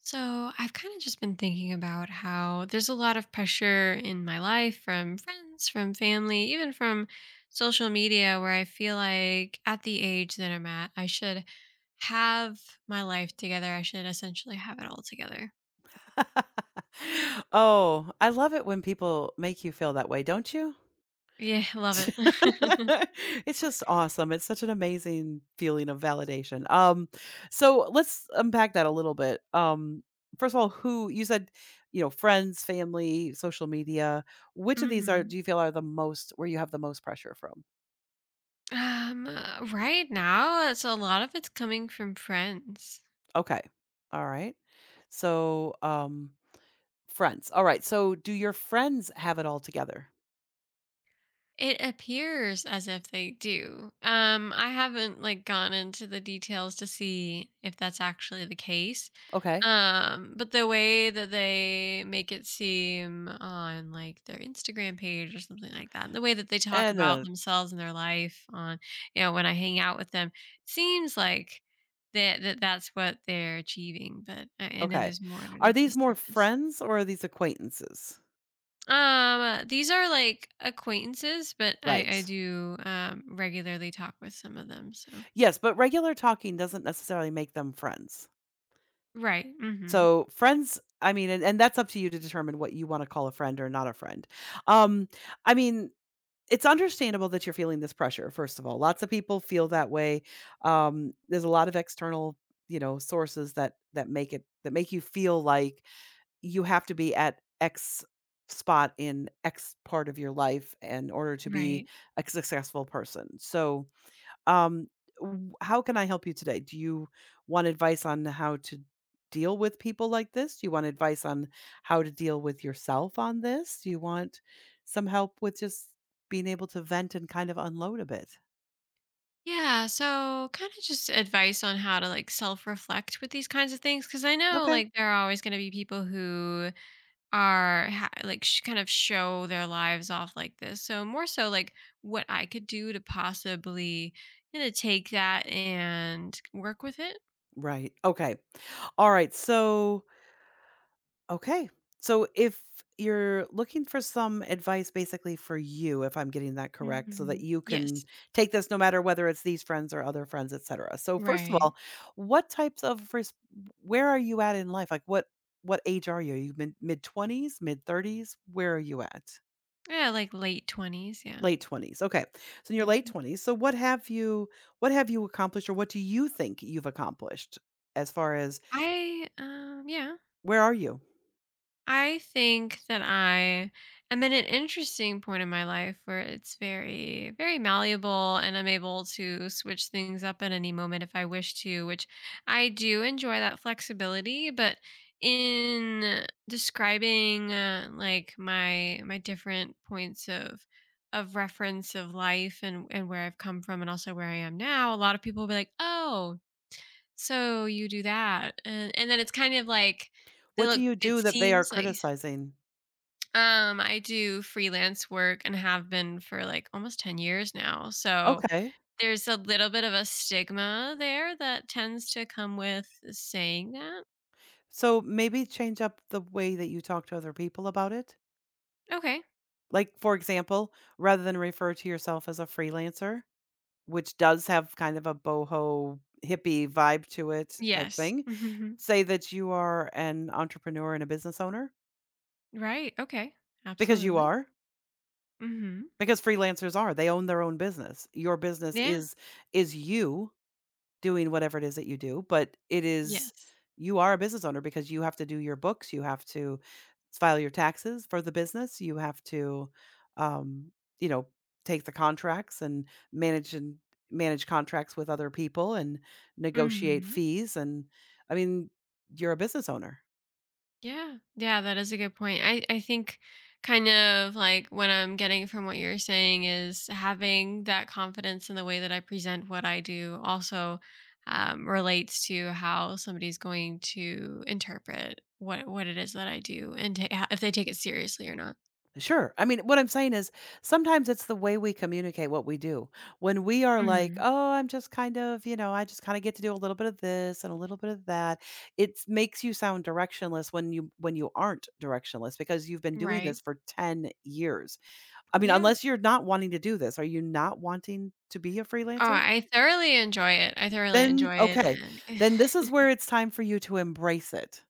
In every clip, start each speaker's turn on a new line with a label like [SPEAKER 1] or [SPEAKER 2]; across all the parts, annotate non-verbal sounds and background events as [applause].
[SPEAKER 1] So, I've kind of just been thinking about how there's a lot of pressure in my life from friends, from family, even from social media, where I feel like at the age that I'm at, I should have my life together. I should essentially have it all together.
[SPEAKER 2] [laughs] Oh, I love it when people make you feel that way, don't you?
[SPEAKER 1] Yeah, [laughs] I love it.
[SPEAKER 2] [laughs]
[SPEAKER 1] [laughs]
[SPEAKER 2] It's just awesome. It's such an amazing feeling of validation. So let's unpack that a little bit. First of all, who you said, you know, friends, family, social media. Which of these are
[SPEAKER 1] hmm
[SPEAKER 2] do you feel are the most, where you have the most pressure from?
[SPEAKER 1] Right now, it's a lot of it's coming from friends.
[SPEAKER 2] Okay. All right. So, um, Friends. All right. So do your friends have it all together?
[SPEAKER 1] It appears as if they do. I haven't gone into the details to see if that's actually the case.
[SPEAKER 2] Okay.
[SPEAKER 1] But the way that they make it seem on like their Instagram page or something like that, the way that they talk
[SPEAKER 2] And
[SPEAKER 1] about
[SPEAKER 2] then
[SPEAKER 1] themselves and their life on, when I hang out with them, seems like that's what they're achieving. But I know
[SPEAKER 2] okay.
[SPEAKER 1] there's more
[SPEAKER 2] Are
[SPEAKER 1] underneath the
[SPEAKER 2] these more
[SPEAKER 1] surface.
[SPEAKER 2] friends or are these acquaintances?
[SPEAKER 1] These are like acquaintances, but
[SPEAKER 2] Right.
[SPEAKER 1] I do regularly talk with some of them. So
[SPEAKER 2] Yes, but regular talking doesn't necessarily make them friends.
[SPEAKER 1] right, mm-hmm,
[SPEAKER 2] So friends, I mean, and that's up to you to determine what you want to call a friend or not a friend. Um, I mean, it's understandable that you're feeling this pressure, first of all. Lots of people feel that way. There's a lot of external, you know, sources that make it, that make you feel like you have to be at X spot in X part of your life in order to be
[SPEAKER 1] right,
[SPEAKER 2] a successful person. So, um, how can I help you today? Do you want advice on how to deal with people like this? Do you want advice on how to deal with yourself on this? Do you want some help with just being able to vent and kind of unload a bit?
[SPEAKER 1] yeah. So kind of just advice on how to self reflect with these kinds of things, because I know
[SPEAKER 2] Okay.
[SPEAKER 1] like there are always going to be people who are ha- like sh- kind of show their lives off like this. So more so like what I could do to possibly take that and work with it.
[SPEAKER 2] Right. Okay. All right. So okay. So if you're looking for some advice basically for you, if I'm getting that correct, so that you can
[SPEAKER 1] Yes,
[SPEAKER 2] take this no matter whether it's these friends or other friends, etc. So first of
[SPEAKER 1] right.
[SPEAKER 2] all, what types of res- where are you at in life? Like what age are you? Are you mid 20s, mid 30s? Where are you at?
[SPEAKER 1] Yeah, like late 20s, yeah.
[SPEAKER 2] Late 20s. Okay. So in your late
[SPEAKER 1] Mhm.
[SPEAKER 2] 20s. So what have you accomplished, or what do you think you've accomplished as far as,
[SPEAKER 1] I um yeah,
[SPEAKER 2] where are you?
[SPEAKER 1] I think that I am at an interesting point in my life where it's very very malleable and I'm able to switch things up at any moment if I wish to, which I do enjoy that flexibility, but in describing like my different points of reference of life and where I've come from and also where I am now, a lot of people will be like, "Oh, so you do that," and then it's kind of like they
[SPEAKER 2] What do
[SPEAKER 1] look,
[SPEAKER 2] you
[SPEAKER 1] it
[SPEAKER 2] do that they are
[SPEAKER 1] seems like.
[SPEAKER 2] criticizing?
[SPEAKER 1] I do freelance work and have been for, like, almost 10 years now, so
[SPEAKER 2] Okay.
[SPEAKER 1] there's a little bit of a stigma there that tends to come with saying that.
[SPEAKER 2] So maybe change up the way that you talk to other people about it.
[SPEAKER 1] Okay.
[SPEAKER 2] Like, for example, rather than refer to yourself as a freelancer, which does have kind of a boho hippie vibe to it type
[SPEAKER 1] Yes.
[SPEAKER 2] thing,
[SPEAKER 1] [laughs]
[SPEAKER 2] say that you are an entrepreneur and a business owner,
[SPEAKER 1] Right, okay.
[SPEAKER 2] because you
[SPEAKER 1] Absolutely.
[SPEAKER 2] are,
[SPEAKER 1] Mhm.
[SPEAKER 2] because freelancers, are they own their own business. Your business
[SPEAKER 1] Yeah.
[SPEAKER 2] is you doing whatever it is that you do, but it is,
[SPEAKER 1] Yes.
[SPEAKER 2] you are a business owner because you have to do your books, you have to file your taxes for the business, you have to, um, you know, take the contracts and manage, and manage contracts with other people, and negotiate
[SPEAKER 1] Mhm.
[SPEAKER 2] fees, and I mean, you're a business owner.
[SPEAKER 1] Yeah. Yeah, that is a good point. I think kind of like what I'm getting from what you're saying is having that confidence in the way that I present what I do also relates to how somebody's going to interpret what it is that I do and if they take it seriously or not.
[SPEAKER 2] Sure. I mean, what I'm saying is sometimes it's the way we communicate what we do. When we are like,
[SPEAKER 1] hmm
[SPEAKER 2] oh, I'm just kind of, I just kind of get to do a little bit of this and a little bit of that. It makes you sound directionless, when you aren't directionless, because you've been doing
[SPEAKER 1] Right.
[SPEAKER 2] this for 10 years. I mean,
[SPEAKER 1] Yeah.
[SPEAKER 2] unless you're not wanting to do this, are you not wanting to be a
[SPEAKER 1] Oh,
[SPEAKER 2] freelancer?
[SPEAKER 1] I thoroughly enjoy it. I thoroughly
[SPEAKER 2] Then
[SPEAKER 1] enjoy
[SPEAKER 2] okay.
[SPEAKER 1] it.
[SPEAKER 2] Then this is
[SPEAKER 1] [laughs]
[SPEAKER 2] where it's time for you to embrace it.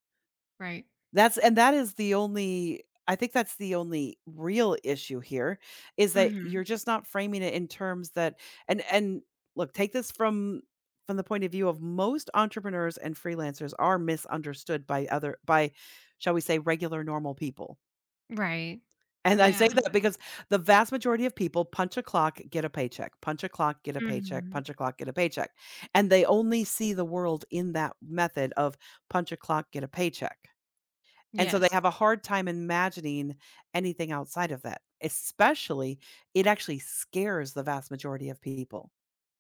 [SPEAKER 1] Right.
[SPEAKER 2] That's, and that is the only, I think that's the only real issue here, is that you're
[SPEAKER 1] hmm
[SPEAKER 2] just not framing it in terms that, and look, take this from the point of view of, most entrepreneurs and freelancers are misunderstood by other, by shall we say regular normal people.
[SPEAKER 1] Right.
[SPEAKER 2] And I say
[SPEAKER 1] Yeah.
[SPEAKER 2] that because the vast majority of people punch a clock, get a paycheck, punch a clock, get a paycheck,
[SPEAKER 1] hmm
[SPEAKER 2] punch a clock, get a paycheck. And they only see the world in that method of punch a clock, get a paycheck. And so they
[SPEAKER 1] Yes.
[SPEAKER 2] have a hard time imagining anything outside of that, especially, it actually scares the vast majority of people.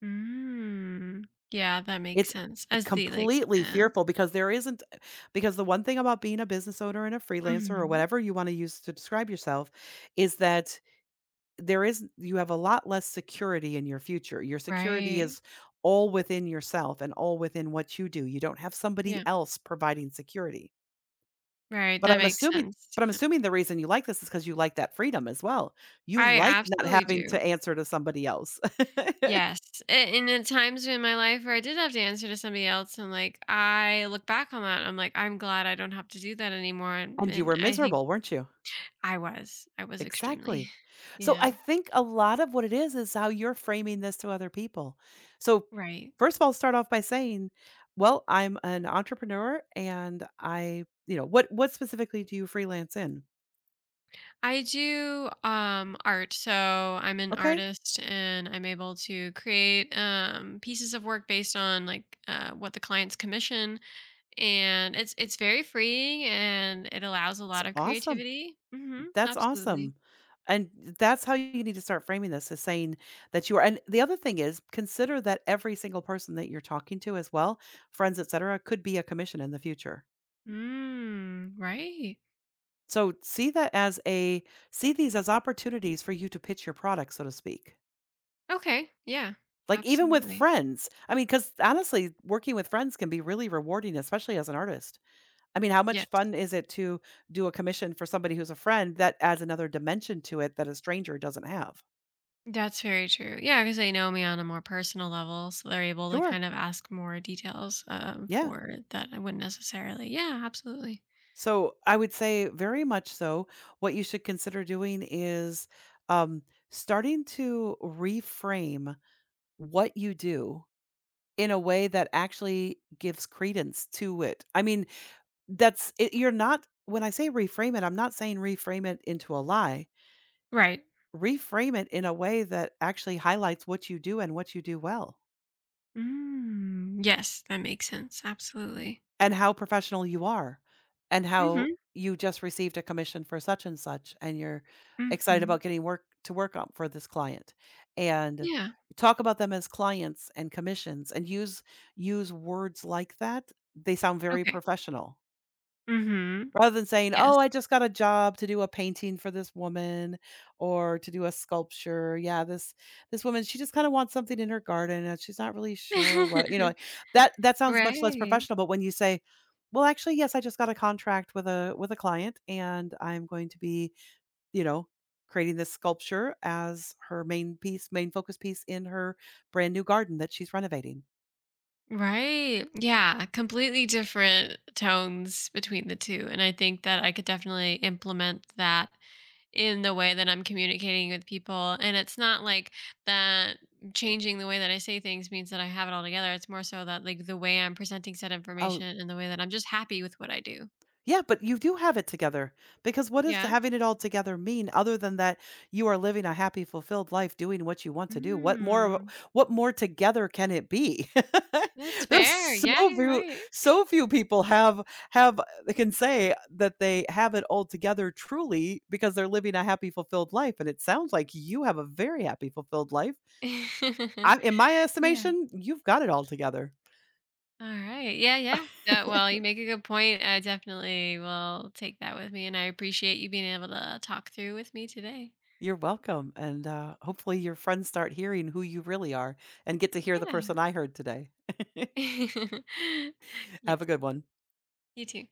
[SPEAKER 1] Mm. Yeah, that makes
[SPEAKER 2] It's,
[SPEAKER 1] sense.
[SPEAKER 2] completely fearful, because there isn't, because the one thing about being a business owner and a freelancer or
[SPEAKER 1] Mhm.
[SPEAKER 2] whatever you want to use to describe yourself is that there is, you have a lot less security in your future. Your security
[SPEAKER 1] Right.
[SPEAKER 2] is all within yourself and all within what you do. You don't have somebody
[SPEAKER 1] Yeah.
[SPEAKER 2] else providing security.
[SPEAKER 1] Right,
[SPEAKER 2] But
[SPEAKER 1] that
[SPEAKER 2] I'm
[SPEAKER 1] makes
[SPEAKER 2] assuming
[SPEAKER 1] sense.
[SPEAKER 2] but I'm
[SPEAKER 1] Yeah.
[SPEAKER 2] assuming the reason you like this is because you like that freedom as well. You
[SPEAKER 1] I
[SPEAKER 2] like not
[SPEAKER 1] absolutely
[SPEAKER 2] having
[SPEAKER 1] do.
[SPEAKER 2] to answer to somebody else. [laughs]
[SPEAKER 1] Yes, a and at times in my life where I did have to answer to somebody else and, like, I look back on that, I'm like, "I'm glad I don't have to do that anymore,"
[SPEAKER 2] And you
[SPEAKER 1] and
[SPEAKER 2] were
[SPEAKER 1] I think
[SPEAKER 2] miserable, weren't you?
[SPEAKER 1] I was. I was extremely.
[SPEAKER 2] Exactly.
[SPEAKER 1] [laughs]
[SPEAKER 2] So, I
[SPEAKER 1] Yeah.
[SPEAKER 2] think a lot of what it is how you're framing this to other people. So,
[SPEAKER 1] Right.
[SPEAKER 2] first of all, start off by saying, "Well, I'm an entrepreneur and I," you know, what specifically do you freelance in?
[SPEAKER 1] I do art. So I'm an
[SPEAKER 2] Okay,
[SPEAKER 1] artist and I'm able to create pieces of work based on like what the client's commission, and it's very freeing and it allows a
[SPEAKER 2] it's
[SPEAKER 1] lot of
[SPEAKER 2] awesome.
[SPEAKER 1] creativity. Mhm.
[SPEAKER 2] That's
[SPEAKER 1] Absolutely.
[SPEAKER 2] awesome. And that's how you need to start framing this, is saying that you are, and the other thing is, consider that every single person that you're talking to as well, friends, etc., could be a commission in the future.
[SPEAKER 1] Mm, right.
[SPEAKER 2] So see that as a, see these as opportunities for you to pitch your product, so to speak.
[SPEAKER 1] Okay. Yeah.
[SPEAKER 2] Like even with
[SPEAKER 1] Absolutely.
[SPEAKER 2] friends. I mean, because honestly, working with friends can be really rewarding, especially as an artist. I mean, how much
[SPEAKER 1] Yes.
[SPEAKER 2] fun is it to do a commission for somebody who's a friend? That adds another dimension to it that a stranger doesn't have.
[SPEAKER 1] That's very true. Yeah, because they know me on a more personal level, so they're able to
[SPEAKER 2] Sure.
[SPEAKER 1] kind of ask more details,
[SPEAKER 2] Yeah.
[SPEAKER 1] for that I wouldn't necessarily. Yeah, absolutely.
[SPEAKER 2] So I would say very much so. What you should consider doing is, um, starting to reframe what you do in a way that actually gives credence to it. I mean, that's it, you're not, when I say reframe it, I'm not saying reframe it into a lie.
[SPEAKER 1] Right.
[SPEAKER 2] Reframe it in a way that actually highlights what you do and what you do well,
[SPEAKER 1] Mm, yes, that makes sense, absolutely.
[SPEAKER 2] and how professional you are, and how
[SPEAKER 1] Mhm,
[SPEAKER 2] you just received a commission for such and such, and you're excited about
[SPEAKER 1] mhm.
[SPEAKER 2] getting work to work on for this client, and
[SPEAKER 1] Yeah,
[SPEAKER 2] talk about them as clients and commissions, and use words like that. They sound very
[SPEAKER 1] okay.
[SPEAKER 2] professional.
[SPEAKER 1] Mhm,
[SPEAKER 2] Rather than saying, "Oh,
[SPEAKER 1] yes.
[SPEAKER 2] I just got a job to do a painting for this woman, or to do a sculpture. Yeah, this woman, she just kinda wants something in her garden and she's not really sure what, you know,"
[SPEAKER 1] [laughs]
[SPEAKER 2] that sounds much less
[SPEAKER 1] Right.
[SPEAKER 2] professional, but when you say, "Well, actually, yes, I just got a contract with a, with a client, and I'm going to be, you know, creating this sculpture as her main piece, main focus piece in her brand new garden that she's renovating."
[SPEAKER 1] Right, yeah, completely different tones between the two, and I think that I could definitely implement that in the way that I'm communicating with people, and it's not like that changing the way that I say things means that I have it all together. It's more so that, like, the way I'm presenting said
[SPEAKER 2] Oh,
[SPEAKER 1] information and the way that I'm just happy with what I do.
[SPEAKER 2] yeah, but you do have it together, because what does
[SPEAKER 1] Yeah?
[SPEAKER 2] having it all together mean other than that you are living a happy, fulfilled life doing what you want to do? What more of a-
[SPEAKER 1] Mm.
[SPEAKER 2] what more together can it be?
[SPEAKER 1] That's
[SPEAKER 2] [laughs] There's
[SPEAKER 1] fair.
[SPEAKER 2] so
[SPEAKER 1] Yeah, you're
[SPEAKER 2] few,
[SPEAKER 1] right.
[SPEAKER 2] so few people have, they can say that they have it all together truly, because they're living a happy, fulfilled life. And it sounds like you have a very happy, fulfilled life.
[SPEAKER 1] [laughs]
[SPEAKER 2] I, in my
[SPEAKER 1] Yeah.
[SPEAKER 2] estimation, you've got it all together.
[SPEAKER 1] Alright. Yeah, yeah. Yeah, well, you
[SPEAKER 2] [laughs]
[SPEAKER 1] make a good point. I definitely will take that with me, and I appreciate you being able to talk through with me today.
[SPEAKER 2] You're welcome, and, hopefully your friends start hearing who you really are and get to hear the
[SPEAKER 1] Yeah.
[SPEAKER 2] person I heard today.
[SPEAKER 1] [laughs]
[SPEAKER 2] [laughs] Have a
[SPEAKER 1] Yes.
[SPEAKER 2] good one.
[SPEAKER 1] You too.